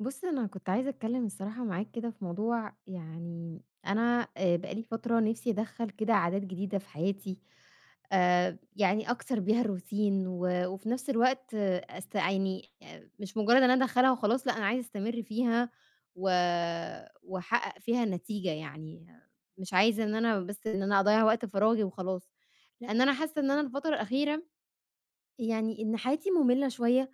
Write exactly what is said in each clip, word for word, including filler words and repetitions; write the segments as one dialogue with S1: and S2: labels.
S1: بُص، أنا كنت عايزة أتكلّم الصراحة معاك كده في موضوع يعني أنا آآ بقى لي فترة نِفْسي أدخّل كده عادات جديدة في حياتي. آآ يعني أكسر بيها الروتين و وفي نَفْس الوقت، آه، أست يعني آآ مش مُجرّد إن أنا أدخّلها وخلاص. لأ، أنا عايزة أستمر فيها و وأحقق فيها نتيجة يعني. مش عايزة إن أنا بس إن أنا أضيّع وقت فراغي وخلاص، لإن أنا حاسّة إن أنا الفترة الأخيرة يعني إن حياتي مُمِلّة شوية.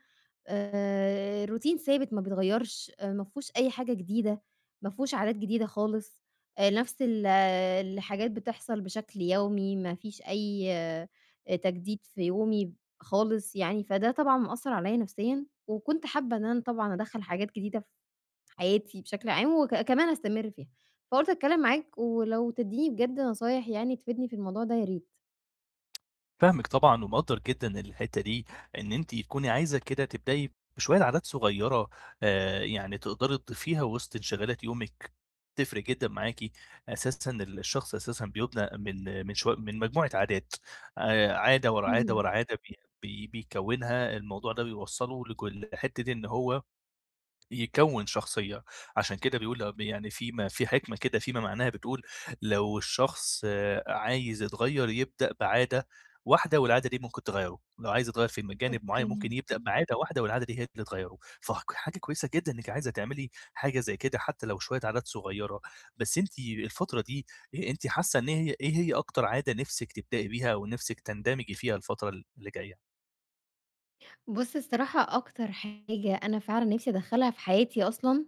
S1: آآ الروتين ثابت ما بيتغيّرش، آآ ما فيهوش أي حاجة جديدة، ما فيهوش عادات جديدة خالص. آآ نفس ال آه، الحاجات بتحصل بشكل يومي، ما فيش أي آآ تجديد في يومي خالص يعني. فده طبعًا مأثّر عليّا نفسيًا، وكنت حابة إن أنا طبعًا أدخّل حاجات جديدة في حياتي بشكل عام، وك كمان أستمر فيها. فقُلت أتكلّم معاك ولو تدّيني بجد نصايح يعني تفيدني في الموضوع ده يا ريت.
S2: فاهمِك طبعًا ومقدّر جدًا الحتّة دي، إن أنتِ تكوني عايزة كده تبدئي بشوية عادات صغيّرة، آآ، يعني تقدري تضيفيها وسط انشغالات يومِك، تفرق جدًا معاكِ. أساسًا ال الشخص أساسًا بيُبنى من من شوية من مجموعة عادات، آآ، عادة ورا عادة
S1: اهم.
S2: ورا عادة بي بي بيكوّنها. الموضوع ده بيوصّله لج لحتّة إن هو يكوّن شخصية. عشان كده بيقول ل يعني في م في حكمة كده فيما معناها بتقول لو الشخص آه، عايز يتغيّر يبدأ بعادة واحدة والعادة دي ممكن تغيّره، لو عايز يتغيّر في م جانب معيّن
S1: أوكي.
S2: ممكن يبدأ بعادة واحدة والعادة دي هي اللي تغيّره. فك حاجة كويسة جدًا إنِّك عايزة تعملي حاجة زي كده حتى لو شوية عادات صغيّرة. بس أنتِ الفترة دي، أ أنتِ حاسة إن هي إيه هي أكتر عادة نِفْسِك تبدئي بيها ونِفْسِك تندمجي فيها الفترة ال اللي جاية؟
S1: بُص، الصراحة أكتر حاجة أنا فعلًا نِفْسي أدخّلها في حياتي أصلًا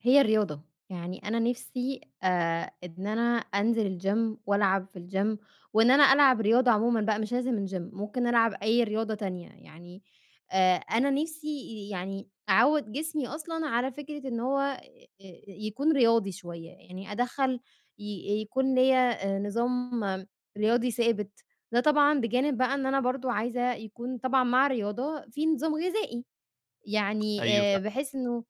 S1: هي الرياضة. يعني أنا نِفْسي آآ إن أنا أنزل الgym وألعب في الgym، وإن أنا ألعب رياضة عمومًا بقى مش لازم الgym، ممكن ألعب أي رياضة تانية. يعني آآ أنا نِفْسي يعني أعوّد جسمي أصلًا على فكرة إن هو آآ يكون رياضي شوية، يعني أدخّل ي يكون ليّا آآ نظام رياضي ثابت. ده طبعًا بجانب بقى إن أنا برضه عايزة يكون طبعًا مع الرياضة في نظام غذائي، يعني
S2: أيوه ف
S1: آآ بحيث إنه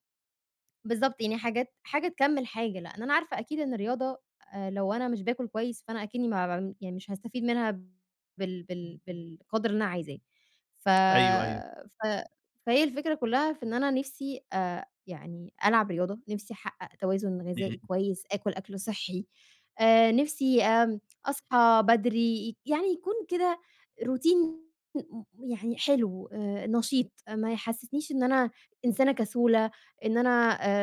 S1: بالضبط، يعني حاجات حاجة تكمّل حاجة، لإن أنا عارفة أكيد إن الرياضة، آآ لو أنا مش باكل كويس، فأنا أكني ما باعم يعني مش هاستفيد منها بال بال بالقدر اللي أنا عايزاه. ف
S2: أيوه، أيوه.
S1: ف فهي الفكرة كلّها في إن أنا نِفْسي آآ يعني ألعب رياضة، نِفْسي أحقق توازن
S2: إمم،
S1: غذائي كويس، آكل أكل صحّي، آآ نِفْسي آمم أصحى بدري، يعني يكون كده روتين م يعني حلو، آآ نشيط، ما يحسّسنيش إن أنا إنسانة كسولة، إن أنا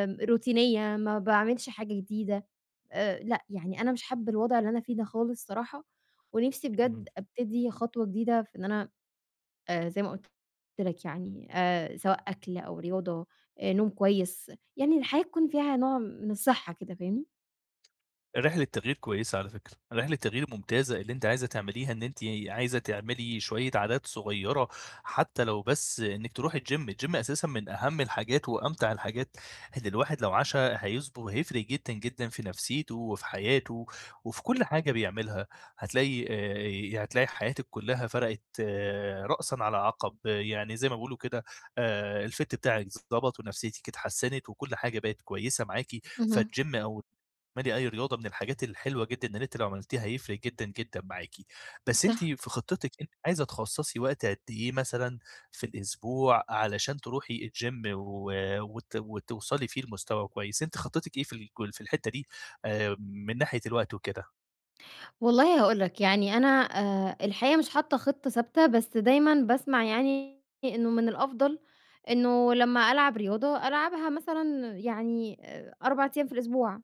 S1: آمم روتينية، ما باعملش حاجة جديدة. آآ لأ، يعني أنا مش حابة الوضع اللي أنا فيه ده خالص صراحة. ونِفْسي
S2: إمم.
S1: بجد أبتدي خطوة جديدة في إن أنا، آآ زي ما قُلت لك يعني، آآ سواء أكل أو رياضة، آآ نوم كويس، يعني الحياة تكون فيها نوع من الصحة كده، فاهمني؟
S2: رحلة تغيير كويسة على فكرة، رحلة تغيير ممتازة اللي أنتِ عايزة تعمليها، إن أنتِ عايزة تعملي شوية عادات صغيرة، حتى لو بس إنِّك تروحي الgym. الgym أساسًا من أهم الحاجات وأمتع الحاجات اللي الواحد لو عاشها هيصبر هيفرق جدًا، جدًا في نفسيته وفي حياته وفي كل حاجة بيعملها. هتلاقي آآ هتلاقي حياتِك كلها فرقت آه، رأسًا على عقب، يعني زي ما بيقولوا كده، آآ الfit بتاعِك ضبط ونفسيتِك اتحسنت وكل حاجة بقت كويسة معاكِ.
S1: اهم،
S2: فالgym أو اعملي أي رياضة من الحاجات الحلوة جدًا إن أنتِ لو عملتيها هيفرق جدًا، جدًا معاكِ. بس أنتِ
S1: صح.
S2: في خطتِك أنتِ عايزة تخصصي وقت قد إيه مثلًا في الأسبوع علشان تروحي الgym و وت وتوصلي فيه لمستوى كويس؟ أنتِ خطتِك إيه في الج في الحتة دي آآ من ناحية الوقت وكده؟
S1: والله هاقول لك، يعني أنا آآ الحقيقة مش حاطة خطة ثابتة، بس دايمًا باسمع يعني إنه من الأفضل إنه لمّا ألعب رياضة، ألعبها مثلًا يعني آآ 4 أيام في الأسبوع.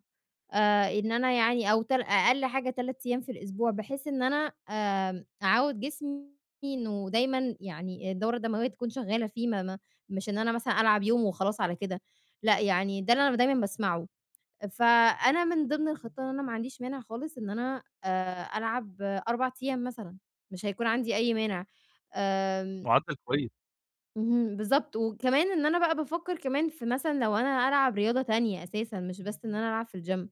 S1: آآ إن أنا يعني أو تل أقل حاجة 3 أيام في الأسبوع، بحيث إن أنا آمم أعوّد جسمي إنه دايمًا يعني الدورة الدموية تكون شغالة فيه. ما ما مش إن أنا مثلًا ألعب يوم وخلاص على كده، لأ يعني ده اللي أنا دايمًا باسمعه. فأنا من ضمن الخطة إن أنا ما عنديش مانع خالص إن أنا آآ ألعب 4 أيام مثلًا، مش هيكون عندي أي مانع. آمم
S2: معدل كويس.
S1: اهم، بالضبط. وكمان إن أنا بقى بافكّر كمان في مثلًا لو أنا ألعب رياضة تانية أساسًا، مش بس إن أنا ألعب في الgym.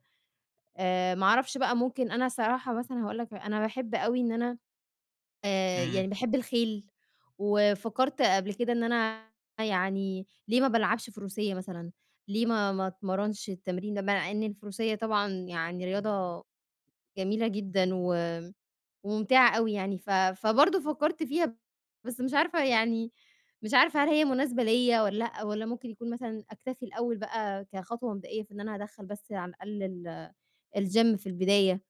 S1: آآ ما أعرفش بقى، ممكن أنا الصراحة مثلًا هاقول لك، أنا باحب أوي إن أنا، آآ
S2: إمم.
S1: يعني باحب الخيل. وفكّرت قبل كده إن أنا، يعني ليه ما بالعبش فروسية مثلًا، ليه ما ما اتمرنش التمرين ده، مع إن الفروسية طبعًا يعني رياضة جميلة جدًا و وممتعة أوي يعني. ف فبرضه فكّرت فيها، بس مش عارفة يعني، مش عارفة هل هي مناسبة ليّا والّا لأ، والّا ممكن يكون مثلًا أكتفي الأول بقى كخطوة مبدئية في إن أنا أدخّل بس على الأقل ال الgym في البداية.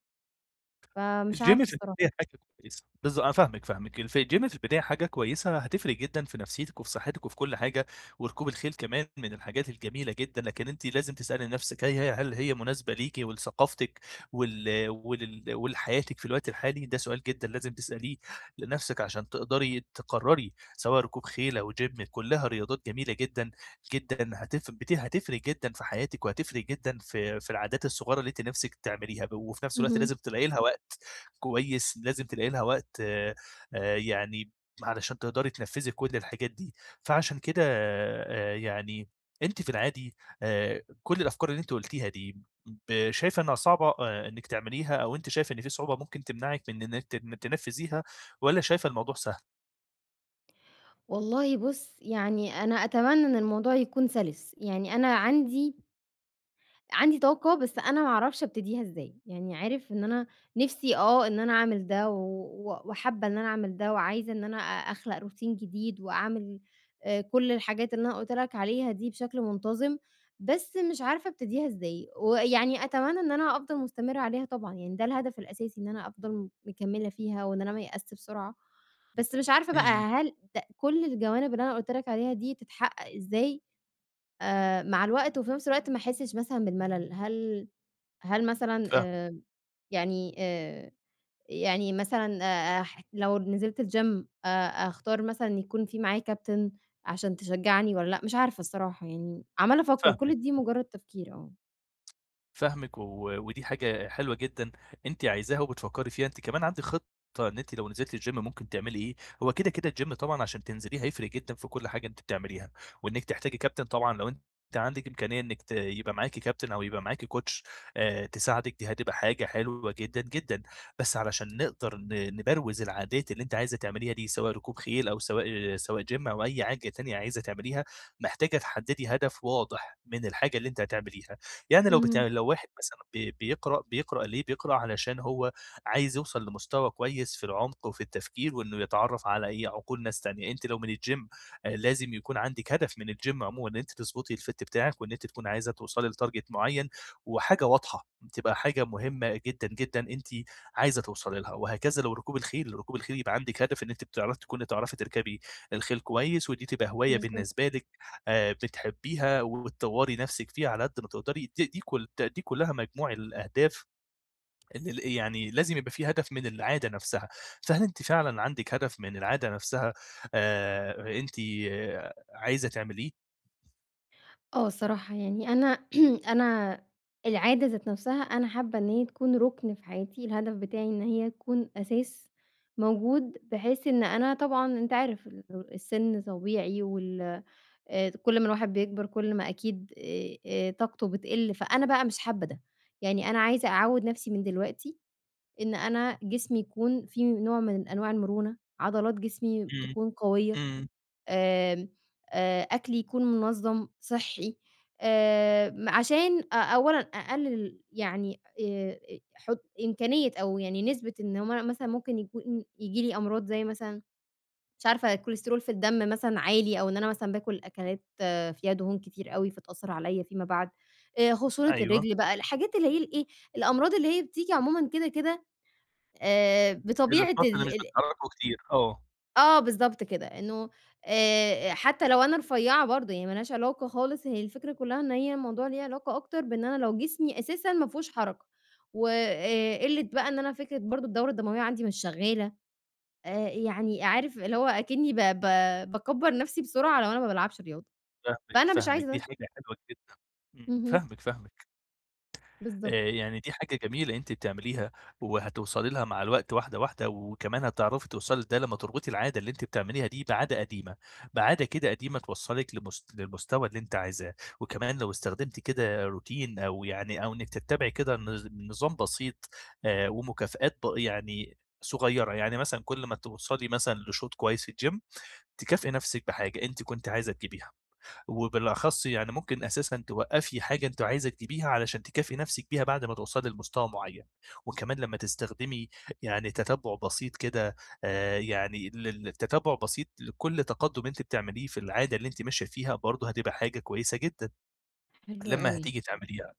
S1: فمش
S2: الgym
S1: عارفة
S2: في البداية
S1: الصراحة.
S2: حاجة كويسة. بالض أنا فاهمِك، فاهمِك، الف الgym في البداية حاجة كويسة هتفرق جدًا في نفسيتِك وفي صحتِك وفي كل حاجة. وركوب الخيل كمان من الحاجات الجميلة جدًا، لكن أنتِ لازم تسألي نفسِك، هي هي هل هي مناسبة ليكِ ولثقافتِك ول ولل ولحياتِك في الوقت الحالي؟ ده سؤال جدًا لازم تسأليه لنفسِك عشان تقدري تقرري. سواء ركوب خيل أو gym كلها رياضات جميلة جدًا، جدًا، هتف بت هتفرق جدًا في حياتِك وهتفرق جدًا في في العادات الصغيرة اللي أنتِ نفسِك تعمليها، وفي نفس الوقت
S1: اهم.
S2: لازم تلاقي لها وقت. كويس، لازم تلاقي لها وقت آآ، آآ، يعني علشان تقدري تنفذي كل الحاجات دي. فعشان كده آآ، يعني أنتِ في العادي، آآ، كل الأفكار اللي أنتِ قُلتيها دي، ب شايفة إنها صعبة، آآ، إنِك تعمليها؟ أو أنتِ شايفة إن في صعوبة ممكن تمنعِك من إنِك تن تنفذيها والّا شايفة الموضوع سهل؟
S1: والله بُص، يعني أنا أتمنى إن الموضوع يكون سَلِس، يعني أنا عندي عندي طاقة، بس أنا ما أعرفش أبتديها إزاي. يعني عارف إن أنا نِفْسي آه إن أنا أعمل ده و و- وحابة إن أنا أعمل ده، وعايزة إن أنا أ أخلق روتين جديد وأعمل آآ كل الحاجات اللي أنا قُلت لك عليها دي بشكل منتظم. بس مش عارفة أبتديها إزاي، ويعني أتمنى إن أنا أفضل مستمرة عليها طبعًا، يعني ده الهدف الأساسي، إن أنا أفضل مكمّلة فيها وإن أنا ما أيأسش بسرعة. بس مش عارفة بقى
S2: إمم.
S1: هل د كل الجوانب اللي أنا قُلت لك عليها دي تتحقق إزاي، آآ مع الوقت وفي نفس الوقت ما أحسّش مثلًا بالملل؟ هل هل مثلًا،
S2: فاهم
S1: آآ يعني آآ يعني مثلًا، آآ ح لو نزلت الgym آآ أختار مثلًا يكون في معايا كابتن عشان تشجّعني والّا لأ؟ مش عارفة الصراحة، يعني عمّالة أفكّر،
S2: فاهمِك.
S1: كل دي مجرّد تفكير آه.
S2: فاهمِك، و ودي حاجة حلوة جدًا أنتِ عايزاها وبتفكّري فيها، أنتِ كمان عندِك خطة إن أنتِ لو نزلتِ الgym ممكن تعملي إيه. هو كده، كده الgym طبعًا عشان تنزليه هيفرق جدًا في كل حاجة أنتِ بتعمليها، وإنِّك تحتاجي كابتن طبعًا لو أنتِ عندِك إمكانية إنِّك ت يبقى معاكِ كابتن أو يبقى معاكِ coach آآ تساعدِك، دي هتبقى حاجة حلوة جدًا، جدًا. بس علشان نقدر ن نبروز العادات اللي أنتِ عايزة تعمليها دي، سواء ركوب خيل أو سواء سواء gym أو أي حاجة تانية عايزة تعمليها، محتاجة تحددي هدف واضح من الحاجة اللي أنتِ هتعمليها. يعني لو بتع
S1: اهم،
S2: لو واحد مثلًا بي بيقرأ بيقرأ ليه؟ بيقرأ علشان هو عايز يوصل لمستوى كويس في العمق وفي التفكير وإنه يتعرّف على إيه، عقول ناس تانية. أنتِ لو من الgym آآ لازم يكون عندِك هدف من الgym عمومًا إن أنتِ تضبطي الfit بتاعِك وإن أنتِ تكوني عايزة توصلي لtarget معيّن وحاجة واضحة، تبقى حاجة مهمة جدًا، جدًا أنتِ عايزة توصلي لها. وهكذا لو ركوب الخيل، ركوب الخيل يبقى عندِك هدف إن أنتِ بتعرفي تكوني تعرفي تركبي الخيل كويس ودي تبقى هواية
S1: بالضبط.
S2: بالنسبة لِك. آآ بتحبيها وتطوّري نَفْسِك فيها على قد ما تقدري. دي دي كل دي كلّها مجموع الأهداف اللي ال يعني لازم يبقى في هدف من العادة نَفْسها. فهل أنتِ فعلًا عندِك هدف من العادة نَفْسها، آآ أنتِ آه، عايزة تعمليه؟
S1: آه الصراحة يعني أنا أنا العادة ذات نفسها أنا حابة إن هي تكون رُكن في حياتي، الهدف بتاعي إن هي تكون أساس موجود، بحيث إن أنا طبعًا، أنت عارف، ال السِن طبيعي، وال آآ كل ما الواحد بيكبر كل ما أكيد آآ آآ طاقته بتقِل، فأنا بقى مش حابة ده. يعني أنا عايزة أعوّد نفسي من دلوقتي إن أنا جسمي يكون فيه نوع من أنواع المرونة، عضلات جسمي
S2: إمم،
S1: تكون قوية.
S2: إمم،
S1: آمم، آآ أكلي يكون منظّم، صحّي، آآ عشان أ أولًا أقلل يعني آآ حُط إمكانية أو يعني نسبة إن هم مثلًا ممكن يكون ييجي لي أمراض زي مثلًا، مش عارفة، الكوليسترول في الدم مثلًا عالي، أو إن أنا مثلًا باكل أكلات آه، فيها دهون كتير أوي فتأثّر عليَّ فيما بعد. آآ خُصونة
S2: أيوه،
S1: الرجل بقى، الحاجات اللي هي الإيه، الأمراض اللي هي بتيجي عمومًا كده، كده، آآ بطبيعة
S2: النشاط اللي
S1: ال
S2: مش
S1: ال
S2: بتحرّكه كتير، آه،
S1: آه، بالضبط كده، إنه، آآ، حتى لو أنا رفيّعة برضه يعني ما لهاش علاقة خالص. هي الفكرة كلّها إن هي الموضوع ليه علاقة أكتر بإن أنا لو جسمي أساسًا ما فيهوش حركة، وآآ، قِلّة بقى إن أنا، فكرة برضه الدورة الدموية عندي مش شغّالة. آآ، يعني عارف اللي هو أكنّي ب ب باكبّر نَفْسي بسرعة لو أنا ما بالعبش رياضة،
S2: فاهمِك،
S1: فأنا مش عايزة
S2: فاهمِك، دي
S1: ده.
S2: حاجة حلوة جدًا، إمم،
S1: اهم،
S2: فاهمِك، فاهمِك. آآ
S1: بالضبط.
S2: يعني دي حاجة جميلة أنتِ بتعمليها، وهتوصلي لها مع الوقت واحدة، واحدة، وكمان هتعرفي توصلي لده لمّا تربطي العادة اللي أنتِ بتعمليها دي بعادة قديمة، بعادة كده قديمة توصّلِك لمس للمستوى اللي أنتِ عايزاه. وكمان لو استخدمتِ كده روتين أو يعني أو إنِّك تتّبعي كده نظ نظام بسيط، آآ ومكافآت ب يعني صغيّرة. يعني مثلًا كل ما توصلي مثلًا لشوط كويس في الgym تكافئي نَفْسِك بحاجة أنتِ كنتِ عايزة تجيبيها. وبالأخص يعني ممكن أساسًا توقّفي حاجة أنتِ عايزة تجيبيها علشان تكافئي نَفْسِك بيها بعد ما توصلي لمستوى معيّن. وكمان لمّا تستخدمي يعني تتبُّع بسيط كده، آآ يعني لل تتبُّع بسيط لكل تقدُّم أنتِ بتعمليه في العادة اللي أنتِ ماشية فيها، برضه هتبقى حاجة كويسة جدًا
S1: حلو
S2: لمّا
S1: أوي.
S2: هتيجي تعمليها.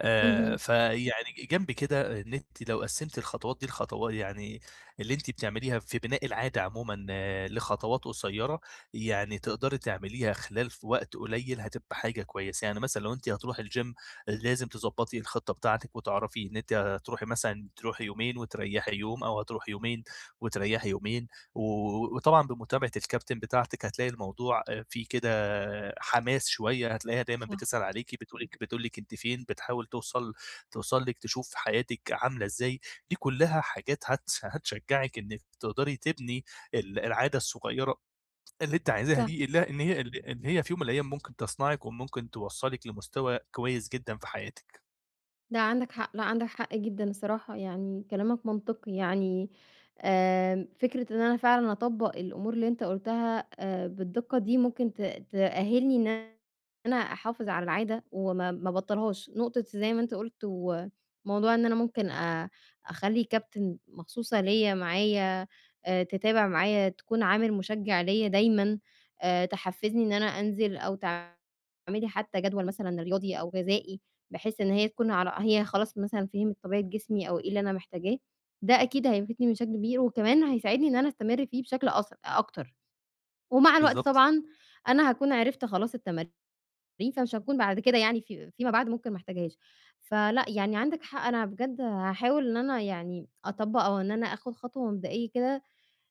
S2: آآ،
S1: اهم.
S2: فيعني جنب كده، إن أنتِ لو قسّمتِ الخطوات دي لخطوا يعني اللي أنتِ بتعمليها في بناء العادة عمومًا، آه، لخطوات قصيّرة، يعني تقدري تعمليها خلال في وقت قليل، هتبقى حاجة كويسة. يعني مثلًا لو أنتِ هتروحي الgym لازم تضبّطي الخطة بتاعتِك وتعرفي إن أنتِ هتروحي، مثلًا تروحي يومين وتريّحي يوم أو هتروحي يومين وتريّحي يومين. و وطبعًا بمتابعة الكابتن بتاعتِك هتلاقي الموضوع آآ فيه كده حماس شوية، هتلاقيها دايمًا
S1: صح،
S2: بتسأل عليكِ، بتقول لِك بتقول لِك أنتِ فين، بتحاول توصل توصل لِك، تشوف حياتِك عاملة إزاي. دي كلها حاجات هت هتشجّعِك إنِّك تقدري تبني ال العادة الصغيرة اللي أنتِ عايزاها
S1: صح.
S2: دي، اللي إن هي ال إن هي في يوم من الأيام ممكن تصنعِك وممكن توصّلِك لمستوى كويس جدًا في حياتِك.
S1: لا، عندك حق، لأ عندك حق جدًا الصراحة، يعني كلامك منطقي يعني. آمم، فكرة إن أنا فعلًا أطبّق الأمور اللي أنت قُلتها آآ، بالدقة دي ممكن ت تأهّلني إن أنا أحافظ على العادة وما ما ابطّلهاش، نقطة زي ما أنت قُلت. وموضوع إن أنا ممكن أ أخلّي كابتن مخصوصة ليّا معايا، آآ، تتابع معايا، تكون عامل مشجّع ليّا دايمًا، آآ، تحفّزني إن أنا أنزل، أو تعملي حتى جدول مثلًا رياضي أو غذائي، بحيث إن هي تكون، على، هي خلاص مثلًا فهمت طبيعة جسمي أو إيه اللي أنا محتاجاه. ده أكيد هيفيدني بشكل كبير، وكمان هيساعدني إن أنا أستمر فيه بشكل أس أكتر، ومع الوقت
S2: بالضبط،
S1: طبعًا أنا هاكون عرفت خلاص التمارين، فمش هاكون بعد كده، يعني في فيما بعد ممكن ما احتاجهاش. فلأ، يعني عندك حق، أنا بجد هاحاول إن أنا يعني أطبّق أو إن أنا آخد خطوة مبدئية كده،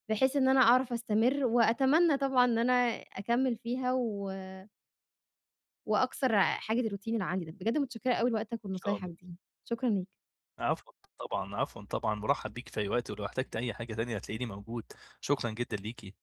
S1: بحيث إن أنا أعرف أستمر، وأتمنى طبعًا إن أنا أكمّل فيها و وأكسر حاجز الروتين اللي عندي ده. بجد متشكرة أوي لوقتك
S2: إن شاء
S1: ولنصايحك
S2: الله.
S1: دي، شكرًا ليك.
S2: عفوًا طبعًا، عفوًا طبعًا، مُرحّب بيك في أي وقت، ولو احتجتِ أي حاجة تانية هتلاقيني موجود. شكرًا جدًا ليكِ.